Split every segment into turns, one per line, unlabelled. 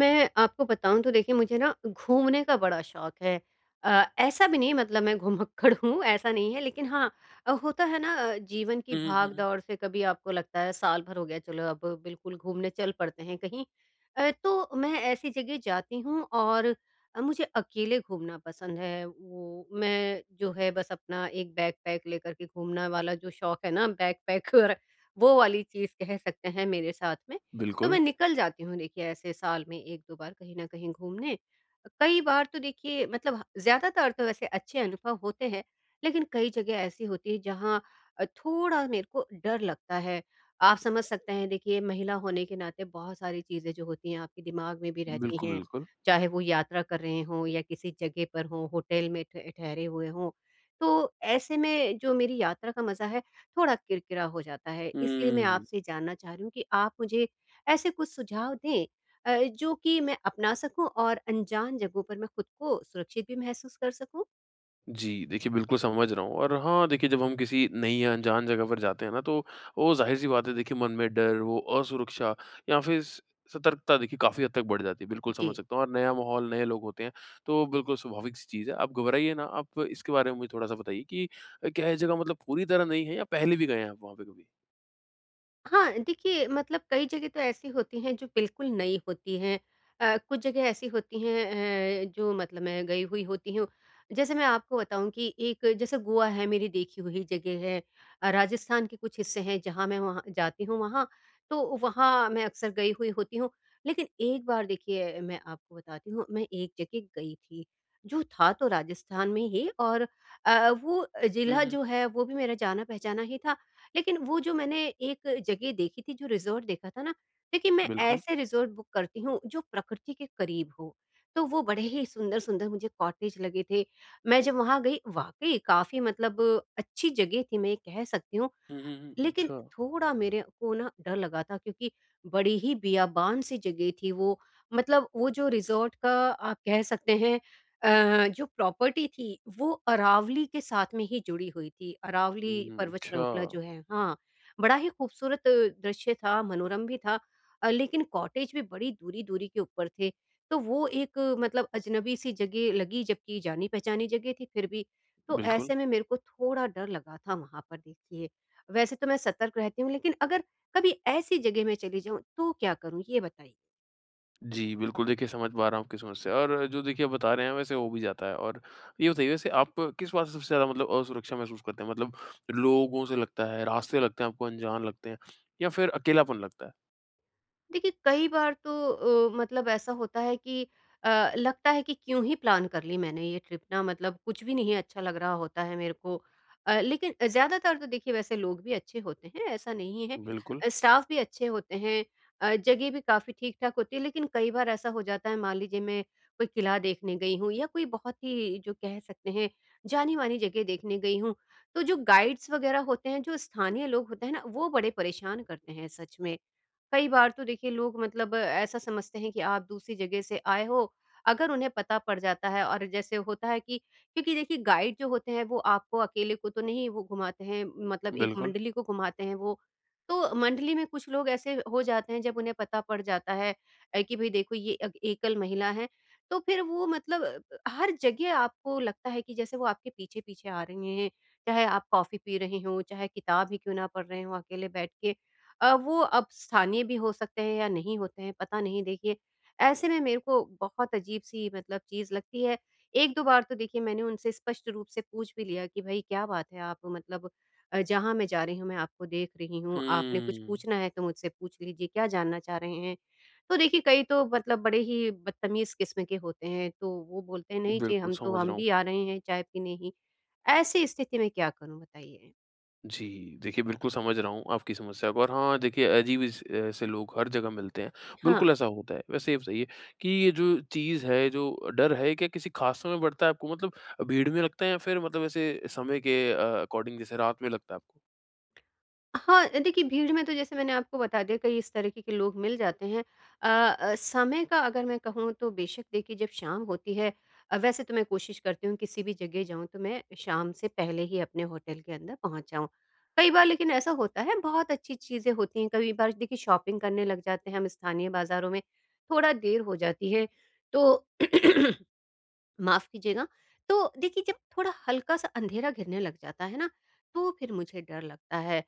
मैं आपको बताऊँ तो देखिए मुझे ना घूमने का बड़ा शौक है। ऐसा भी नहीं मतलब मैं घुमक्कड़ हूँ ऐसा नहीं है लेकिन हाँ होता है ना जीवन की
हुँ, हुँ, हुँ, हुँ।
भाग-दौड़ से कभी आपको लगता है साल भर हो गया चलो अब बिल्कुल घूमने चल पड़ते हैं कहीं। तो मैं ऐसी जगह जाती हूँ और मुझे अकेले घूमना पसंद है। वो मैं जो है बस अपना एक बैकपैक लेकर के घूमना वाला जो शौक है ना बैकपैकर वो वाली चीज़ कह सकते हैं मेरे साथ में। तो
बिल्कुल।
मैं निकल जाती हूँ देखिए ऐसे साल में 1-2 बार कहीं न कहीं घूमने। कई बार तो देखिए मतलब ज़्यादातर तो वैसे अच्छे अनुभव होते हैं, लेकिन कई जगह ऐसी होती है जहाँ थोड़ा मेरे को डर लगता है। आप समझ सकते हैं देखिए महिला होने के नाते बहुत सारी चीज़ें जो होती हैं आपके दिमाग में भी रहती
बिल्कुल,
हैं,
बिल्कुल।
चाहे वो यात्रा कर रहे हों या किसी जगह पर हों, होटल में ठ ठहरे हुए हों। तो ऐसे में जो मेरी यात्रा का मज़ा है, थोड़ा किरकिरा हो जाता है। इसलिए मैं
हुँ।
आपसे जानना चाह रही हूँ कि आप मुझे ऐसे कुछ सुझाव दें जो कि मैं अपना सकूं और अनजान जगहों पर मैं खुद को सुरक्षित भी महसूस कर सकूं?
जी, देखिए बिल्कुल समझ रहा हूँ और हाँ, देखिए जब हम किसी नई या अनजान जगह पर जाते हैं ना तो वो ज़ाहिर-सी बात है देखिए मन में डर, वो असुरक्षा या फिर स सतर्कता देखिए काफ़ी हद तक बढ़ जाती है। बिल्कुल
जी।
समझ सकता हूँ और नया माहौल, नए लोग होते हैं तो बिल्कुल स्वाभाविक-सी चीज़ है। आप घबराइए ना, आप इसके बारे में मुझे थोड़ा-सा बताइए कि क्या ये जगह मतलब पूरी तरह नई है या पहले भी गए हैं आप वहाँ पे कभी?
हाँ, देखिए मतलब कई जगह तो ऐसी होती हैं जो बिल्कुल नई होती हैं। कुछ जगह ऐसी होती हैं जो मतलब मैं गई हुई होती हूँ। जैसे मैं आपको बताऊँ कि एक जैसे गोवा है मेरी देखी हुई जगह है। राजस्थान के कुछ हिस्से हैं जहाँ मैं वहाँ जाती हूँ वहाँ, तो वहाँ मैं अक्सर गई हुई होती हूँ। लेकिन एक बार देखिए मैं आपको बताती हूँ, मैं एक जगह गई थी, जो था तो राजस्थान में ही और वो
हुँ,
जिला
हुँ।
जो है वो भी मेरा जाना-पहचाना ही था लेकिन वो जो मैंने एक जगह देखी थी, जो रिज़ॉर्ट देखा था ना, देखिए मैं
बिल्कुल।
ऐसे रिज़ॉर्ट बुक करती हूँ जो प्रकृति के करीब हो। तो वो बड़े ही सुंदर-सुंदर मुझे कॉटेज लगे थे। मैं जब वहाँ गई वाक़ई काफ़ी मतलब अच्छी जगह थी मैं ये कह सकती हूँ
हुँ, हुँ, हुँ।
लेकिन
अच्छा।
थोड़ा मेरे को ना डर लगा था क्योंकि बड़ी ही बियाबान सी जगह थी वो मतलब वो जो रिज़ॉर्ट का आप कह सकते हैं जो प्रॉपर्टी थी वो अरावली के साथ में ही जुड़ी हुई थी। अरावली
हुँ,
पर्वत श्रृंखला
अच्छा।
जो है हाँ, बड़ा ही खूबसूरत दृश्य था, मनोरम भी था लेकिन कॉटेज भी बड़ी दूरी-दूरी के ऊपर थे। तो वो एक मतलब अजनबी सी जगह लगी जबकि जानी-पहचानी जगह थी फिर भी। तो
बिल्कुल।
ऐसे में मेरे को थोड़ा डर लगा था वहाँ पर देखिए। वैसे तो मैं सतर्क रहती हूँ लेकिन अगर कभी ऐसी जगह में चली जाऊँ तो क्या करूँ? ये बताइए।
जी, बिल्कुल देखिए समझ पा रहा हूँ आपकी समस्या और जो देखिए आप बता रहे हैं वैसे हो भी जाता है और ये बताइए वैसे आप किस बात से सबसे ज़्यादा मतलब असुरक्षा महसूस करते हैं? मतलब लोगों से लगता है, रास्ते लगते हैं आपको अनजान लगते हैं या फिर अकेलापन लगता है?
देखिए, कई बार तो मतलब ऐसा होता है कि लगता है कि क्यों ही प्लान कर ली मैंने ये ट्रिप ना मतलब कुछ भी नहीं अच्छा लग रहा होता है मेरे को। लेकिन ज़्यादातर तो देखिए वैसे लोग भी अच्छे होते हैं, ऐसा नहीं है।
बिल्कुल,
स्टाफ भी अच्छे होते हैं, जगह भी काफ़ी ठीक-ठाक होती है, लेकिन कई बार ऐसा हो जाता है मान लीजिए मैं कोई किला देखने गई हूँ या कोई बहुत ही जो कह सकते हैं जानी-मानी जगह देखने गई हूँ, तो जो गाइड्स वगैरह होते हैं, जो स्थानीय लोग होते हैं ना, वो बड़े परेशान करते हैं सच में। कई बार तो देखिए लोग मतलब ऐसा समझते हैं कि आप दूसरी जगह से आए हो, अगर उन्हें पता पड़ जाता है और जैसे होता है कि क्योंकि देखिए गाइड जो होते हैं वो आपको अकेले को तो नहीं वो घुमाते हैं मतलब एक
बिल्कुल।
मंडली को घुमाते हैं वो। तो मंडली में कुछ लोग ऐसे हो जाते हैं जब उन्हें पता पड़ जाता है कि भई देखो ये अग एकल महिला है, तो फिर वो मतलब हर जगह आपको लगता है कि जैसे वो आपके पीछे-पीछे आ रही हैं, चाहे आप कॉफ़ी पी रहे हों, चाहे किताब ही क्यों ना पढ़ रहे हों अकेले बैठ के। वो अब स्थानीय भी हो सकते हैं या नहीं होते हैं, पता नहीं देखिए। ऐसे में मेरे को बहुत अजीब-सी मतलब चीज़ लगती है। 1-2 बार तो देखिए मैंने उनसे स्पष्ट रूप से पूछ भी लिया कि भई क्या बात है आप मतलब जहाँ मैं जा रही हूँ मैं आपको देख रही हूँ, आपने कुछ
हुँ,
पूछना है तो मुझसे पूछ लीजिए, क्या जानना चाह रहे हैं? तो देखिए कई तो मतलब बड़े ही बदतमीज़ किस्म के होते हैं, तो वो बोलते हैं नहीं जी
बिल्कुल
हम तो
समझ रहा
हम
हूँ।
भी आ रहे हैं चाय पीने ही। ऐसी स्थिति में क्या करूँ बताइए?
जी, देखिए बिल्कुल समझ रहा हूँ आपकी समस्या को और हाँ, देखिए अजीब इस ऐसे लोग हर जगह मिलते हैं,
हाँ।
बिल्कुल ऐसा होता है। वैसे ये बताइए कि ये जो चीज़ है, जो डर है, ये क्या किसी ख़ास समय बढ़ता है आपको मतलब भीड़ में लगता है या फिर मतलब ऐसे समय के अकॉर्डिंग जैसे रात में लगता है आपको?
हाँ, देखिए भीड़ में तो जैसे मैंने आपको बता दिया कई इस तरीके के लोग मिल जाते हैं। अ समय का अगर मैं कहूँ तो बेशक देखिए जब शाम होती है वैसे तो मैं कोशिश करती हूँ किसी भी जगह जाऊँ तो मैं शाम से पहले ही अपने होटल के अंदर पहुँच जाऊँ। कई बार लेकिन ऐसा होता है बहुत अच्छी चीज़ें होती हैं, कई बार देखिए शॉपिंग करने लग जाते हैं हम स्थानीय बाज़ारों में, थोड़ा देर हो जाती है तो माफ कीजिएगा। तो देखिए जब थोड़ा हल्का-सा अंधेरा घिरने लग जाता है ना, तो फिर मुझे डर लगता है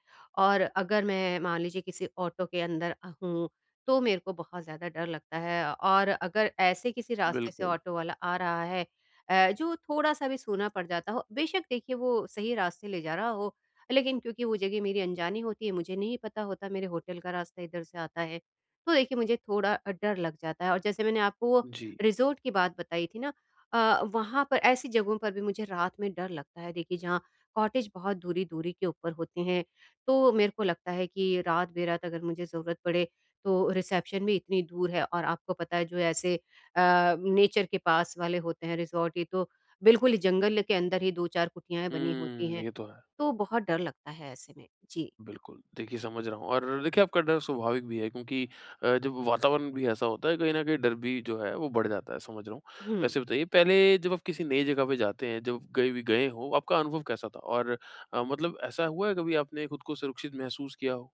और अगर मैं मान लीजिए किसी ऑटो के अंदर हूँ, तो मेरे को बहुत ज़्यादा डर लगता है और अगर ऐसे किसी रास्ते से
बिल्कुल,
ऑटो वाला आ रहा है जो थोड़ा-सा भी सूना पड़ जाता हो, बेशक देखिए वो सही रास्ते ले जा रहा हो, लेकिन क्योंकि वो जगह मेरी अनजानी होती है, मुझे नहीं पता होता मेरे होटल का रास्ता इधर से आता है, तो देखिए मुझे थोड़ा डर लग जाता है और जैसे मैंने आपको वो
जी।
रिज़ॉर्ट की बात बताई थी ना वहाँ पर ऐसी जगहों पर भी मुझे रात में डर लगता है देखिए जहाँ कॉटेज बहुत दूरी-दूरी के ऊपर होते हैं, तो मेरे को लगता है कि रात-बेरात अगर मुझे ज़रूरत पड़े, तो रिसेप्शन भी इतनी दूर है और आपको पता है जो ऐसे नेचर के पास वाले होते हैं रिज़ॉर्ट ये तो बिल्कुल ही जंगल के अंदर ही 2-4 कुटियाएँ बनी होती
हुँ,
हैं,
ये तो है।
तो बहुत डर लगता है ऐसे में। जी।
बिल्कुल, देखिए समझ रहा हूँ और देखिए आपका डर स्वाभाविक भी है क्योंकि जब वातावरण भी ऐसा होता है, कहीं न कहीं डर भी जो है वो बढ़ जाता है, समझ रहा हूँ।
हुँ।
वैसे बताइए पहले जब आप किसी नई जगह पे जाते हैं, जब गए भी गए हो, आपका अनुभव कैसा था? और मतलब ऐसा हुआ है कभी आपने खुद को सुरक्षित महसूस किया हो?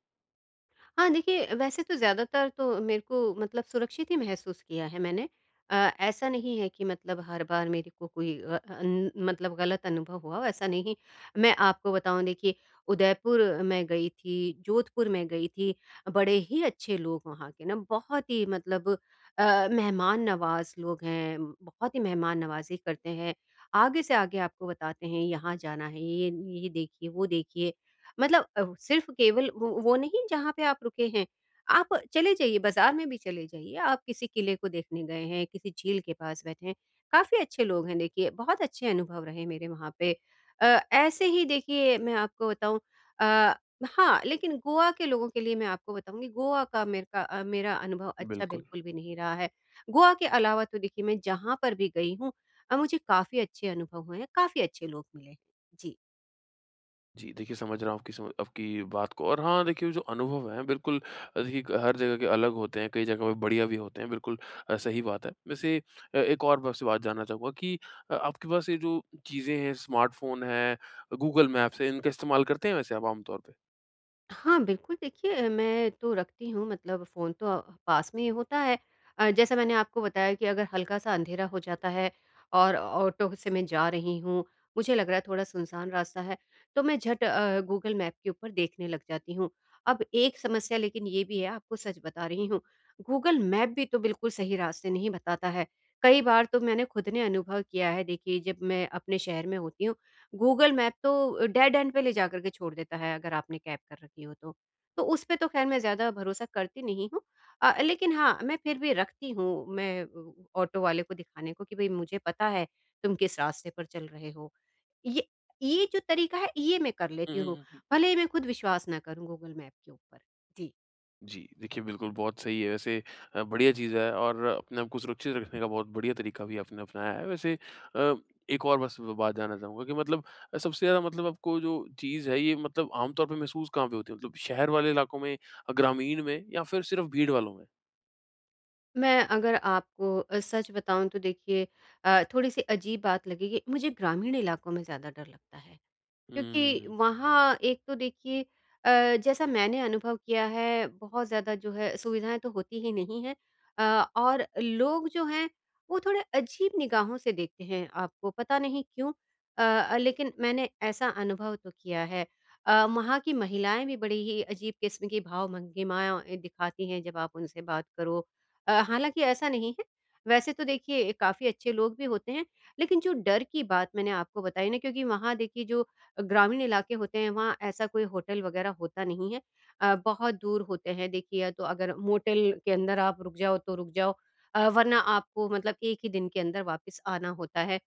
हाँ, देखिए वैसे तो ज़्यादातर तो मेरे को मतलब सुरक्षित ही महसूस किया है मैंने। ऐसा नहीं है कि मतलब हर बार मेरे को कोई अन मतलब गलत अनुभव हुआ हो, ऐसा नहीं। मैं आपको बताऊँ देखिए उदयपुर मैं गई थी, जोधपुर मैं गई थी, बड़े ही अच्छे लोग वहाँ के ना बहुत ही मतलब मेहमान नवाज़ लोग हैं, बहुत ही मेहमान नवाज़ी करते हैं। आगे से आगे आपको बताते हैं यहाँ जाना है, ये देखिए, वो देखिए। मतलब सिर्फ केवल वो नहीं जहाँ पे आप रुके हैं, आप चले जाइए बाज़ार में भी चले जाइए, आप किसी किले को देखने गए हैं, किसी झील के पास बैठे हैं, काफ़ी अच्छे लोग हैं देखिए, बहुत अच्छे अनुभव रहे मेरे वहाँ पे। अ, ऐसे ही देखिए मैं आपको बताऊँ अ, हाँ, लेकिन गोवा के लोगों के लिए मैं आपको बताऊँगी, गोवा का मेरे का मेरा अनुभव अच्छा
बिल्कुल।
बिल्कुल भी नहीं रहा है। गोवा के अलावा तो देखिए मैं जहाँ पर भी गई हूँ मुझे काफ़ी अच्छे अनुभव हुए हैं, काफ़ी अच्छे लोग मिले हैं। जी।
जी, देखिए समझ रहा हूँ आपकी सम आपकी बात को और हाँ, देखिए वो जो अनुभव हैं बिल्कुल देखिए हर जगह के अलग होते हैं, कई जगह पे बढ़िया भी होते हैं, बिल्कुल सही बात है। वैसे एक और मैं आपसे बात जानना चाहूँगा कि आपके पास ये जो चीज़ें हैं स्मार्टफ़ोन है, गूगल मैप्स है, इनका इस्तेमाल करते हैं वैसे आप आम तौर पे?
हाँ, बिल्कुल देखिए, मैं तो रखती हूँ मतलब फ़ोन तो पास में ही होता है। जैसा मैंने आपको बताया कि अगर हल्का-सा अंधेरा हो जाता है और ऑटो से मैं जा रही हूँ, मुझे लग रहा है थोड़ा सुनसान रास्ता है, तो मैं झट गूगल मैप के ऊपर देखने लग जाती हूँ। अब एक समस्या लेकिन ये भी है, आपको सच बता रही हूँ, गूगल मैप भी तो बिल्कुल सही रास्ते नहीं बताता है। कई बार तो मैंने खुद ने अनुभव किया है देखिए, जब मैं अपने शहर में होती हूँ गूगल मैप तो डेड एंड पे ले जा कर के छोड़ देता है अगर आपने कैब कर रखी हो तो। तो उस पे तो ख़ैर मैं ज़्यादा भरोसा करती नहीं हूँ। लेकिन हाँ, मैं फिर भी रखती हूँ मैं ऑटो वाले को दिखाने को कि भई मुझे पता है तुम किस रास्ते पर चल रहे हो। ये ये जो तरीका है ये मैं कर
हुँ,
लेती हूँ,
हुँ, हुँ।
भले ही मैं खुद विश्वास ना करूँ गूगल मैप के ऊपर। जी।
जी, देखिए बिल्कुल बहुत सही है वैसे बढ़िया चीज़ है और अपने आप को सुरक्षित रखने का बहुत बढ़िया तरीका भी आपने अपनाया है। वैसे अ, एक और बस बात जानना चाहूँगा कि मतलब सबसे ज़्यादा मतलब आपको जो चीज़ है ये मतलब आम तौर पे महसूस कहाँ पे होती है? मतलब शहर वाले इलाकों में, ग्रामीण में या फिर सिर्फ़ भीड़ वालों में?
मैं अगर आपको सच बताऊँ तो देखिए थोड़ी-सी अजीब बात लगेगी मुझे ग्रामीण इलाकों में ज़्यादा डर लगता है। क्योंकि
हुँ,
वहाँ एक तो देखिए जैसा मैंने अनुभव किया है बहुत ज़्यादा जो है सुविधाएँ तो होती ही नहीं हैं और लोग जो हैं वो थोड़े अजीब निगाहों से देखते हैं आपको पता नहीं क्यों? लेकिन मैंने ऐसा अनुभव तो किया है। वहाँ की महिलाएँ भी बड़ी ही अजीब किस्म की भावभंगिमाएँ दिखाती हैं जब आप उनसे बात करो। हालाँकि ऐसा नहीं है, वैसे तो देखिए काफ़ी अच्छे लोग भी होते हैं, लेकिन जो डर की बात मैंने आपको बताई ना क्योंकि वहाँ देखिए जो ग्रामीण इलाके होते हैं वहाँ ऐसा कोई होटल वगैरह होता नहीं है। बहुत दूर होते हैं देखिए या तो अगर मोटल के अंदर आप रुक जाओ तो रुक जाओ वरना आपको मतलब एक ही दिन के अंदर वापस आना होता है।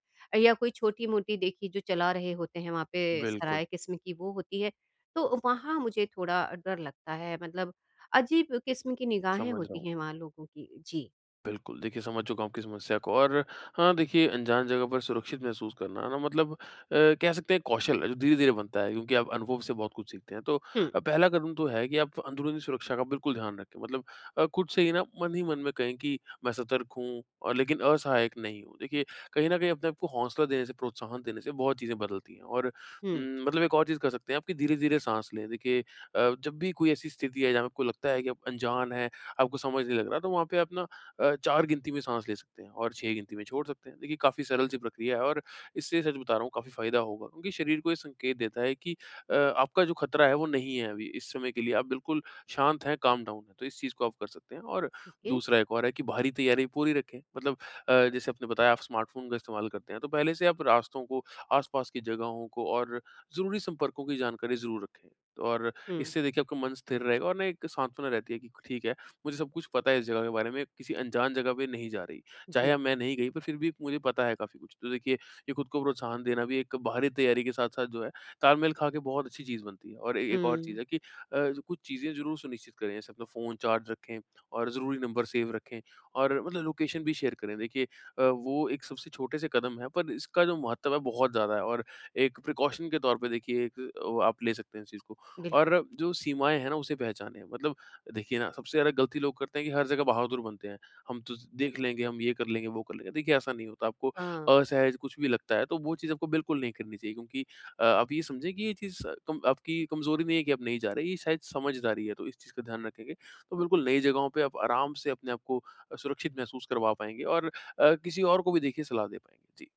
या कोई छोटी-मोटी देखिए जो चला रहे होते हैं वहाँ पे
बिल्कुल,
सराय किस्म की वो होती है। तो वहाँ मुझे थोड़ा डर लगता है मतलब अजीब किस्म की निगाहें
समझ रहा हूँ।
होती हैं वहाँ लोगों की। जी।
बिल्कुल, देखिए समझ चुका हूँ आपकी समस्या को और हाँ, देखिए अनजान जगह पर सुरक्षित महसूस करना ना मतलब कह सकते हैं कौशल है जो धीरे-धीरे बनता है क्योंकि आप अनुभव से बहुत कुछ सीखते हैं। तो
हुँ,
पहला कदम तो है कि आप अंदरूनी सुरक्षा का बिल्कुल ध्यान रखें मतलब खुद से ही ना मन ही मन में कहें कि मैं सतर्क हूँ और लेकिन असहायक नहीं हूँ। देखिए कहीं न कहीं अपने आप को हौसला देने से, प्रोत्साहन देने से बहुत चीज़ें बदलती हैं और
हुँ।
मतलब एक और चीज़ कर सकते हैं आप कि धीरे-धीरे साँस लें। देखिए जब भी कोई ऐसी स्थिति है जहाँ पे आपको लगता है कि आप अनजान हैं, आपको समझ नहीं लग रहा तो वहाँ पे आप ना 4 गिनती में साँस ले सकते हैं और 6 गिनती में छोड़ सकते हैं। देखिए काफ़ी सरल सी प्रक्रिया है और इससे सच बता रहा हूँ काफ़ी फ़ायदा होगा क्योंकि शरीर को ये संकेत देता है कि आपका जो खतरा है वो नहीं है अभी इस समय के लिए आप बिल्कुल शांत हैं, काम डाउन है, तो इस चीज़ को आप कर सकते हैं। और
ठीक है।
दूसरा एक और है कि बाहरी तैयारी पूरी रखें मतलब जैसे आपने बताया आप स्मार्टफ़ोन का इस्तेमाल करते हैं तो पहले से आप रास्तों को, आस-पास की जगहों को और ज़रूरी संपर्कों की जानकारी ज़रूर रखें। तो और
हुँ,
इससे देखिए आपका मन स्थिर रहेगा और ना एक सांत्वना रहती है कि ठीक है मुझे सब कुछ पता है इस जगह के बारे में, किसी अनजान जगह पे नहीं जा रही। चाहे
जी।
अब मैं नहीं गई पर फिर भी मुझे पता है काफ़ी कुछ। तो देखिए, ये खुद को प्रोत्साहन देना भी एक बाहरी तैयारी के साथ-साथ जो है, तालमेल खा के बहुत अच्छी चीज़ बनती है। और ए एक और चीज़
हुँ,
है कि जो कुछ चीज़ें ज़रूर सुनिश्चित करें, जैसे अपना फ़ोन चार्ज रखें और ज़रूरी नंबर सेव रखें और मतलब लोकेशन भी शेयर करें। देखिए वो एक सबसे छोटे से कदम है पर इसका जो महत्व है बहुत ज़्यादा है और एक प्रिकॉशन के तौर पे देखिए एक आप ले सकते हैं इस चीज़ को।
बिल्कुल।
और जो सीमाएँ हैं ना, उसे पहचानें। मतलब देखिए ना, सबसे ज़्यादा गलती लोग करते हैं कि हर जगह बहादुर बनते हैं। हम तो देख लेंगे, हम ये कर लेंगे, वो कर लेंगे। देखिए ऐसा नहीं होता, आपको
हाँ।
असहज कुछ भी लगता है तो वो चीज़ आपको बिल्कुल नहीं करनी चाहिए क्योंकि आप ये समझें कि ये चीज़ कम आपकी कमज़ोरी नहीं है कि आप नहीं जा रहे, ये शायद समझदारी है तो इस चीज़ का ध्यान रखेंगे। तो बिल्कुल नई जगहों पे आप आराम से अपने आप को सुरक्षित महसूस करवा पाएँगे और किसी और को भी देखिए सलाह दे पाएँगे। जी।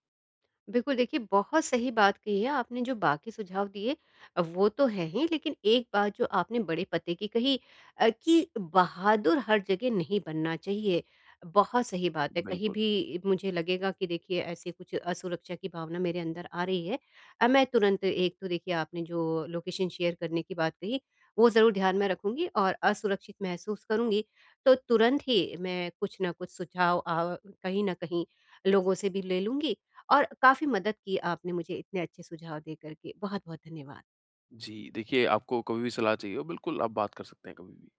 बिल्कुल, देखिए बहुत सही बात कही है आपने जो बाकी सुझाव दिए वो तो हैं ही लेकिन एक बात जो आपने बड़े पते की कही कि बहादुर हर जगह नहीं बनना चाहिए। बहुत सही बात है, कहीं
बिल्कुल।
भी मुझे लगेगा कि देखिए ऐसे कुछ असुरक्षा की भावना मेरे अंदर आ रही है मैं तुरंत एक तो देखिए आपने जो लोकेशन शेयर करने की बात कही, वो ज़रूर ध्यान में रखूँगी और असुरक्षित महसूस करूँगी, तो तुरंत ही मैं कुछ न कुछ सुझाव कहीं न कहीं लोगों से भी ले लूँगी और काफ़ी मदद की आपने मुझे इतने अच्छे सुझाव दे कर के। बहुत-बहुत धन्यवाद।
जी, देखिए आपको कभी भी सलाह चाहिए हो बिल्कुल आप बात कर सकते हैं कभी भी।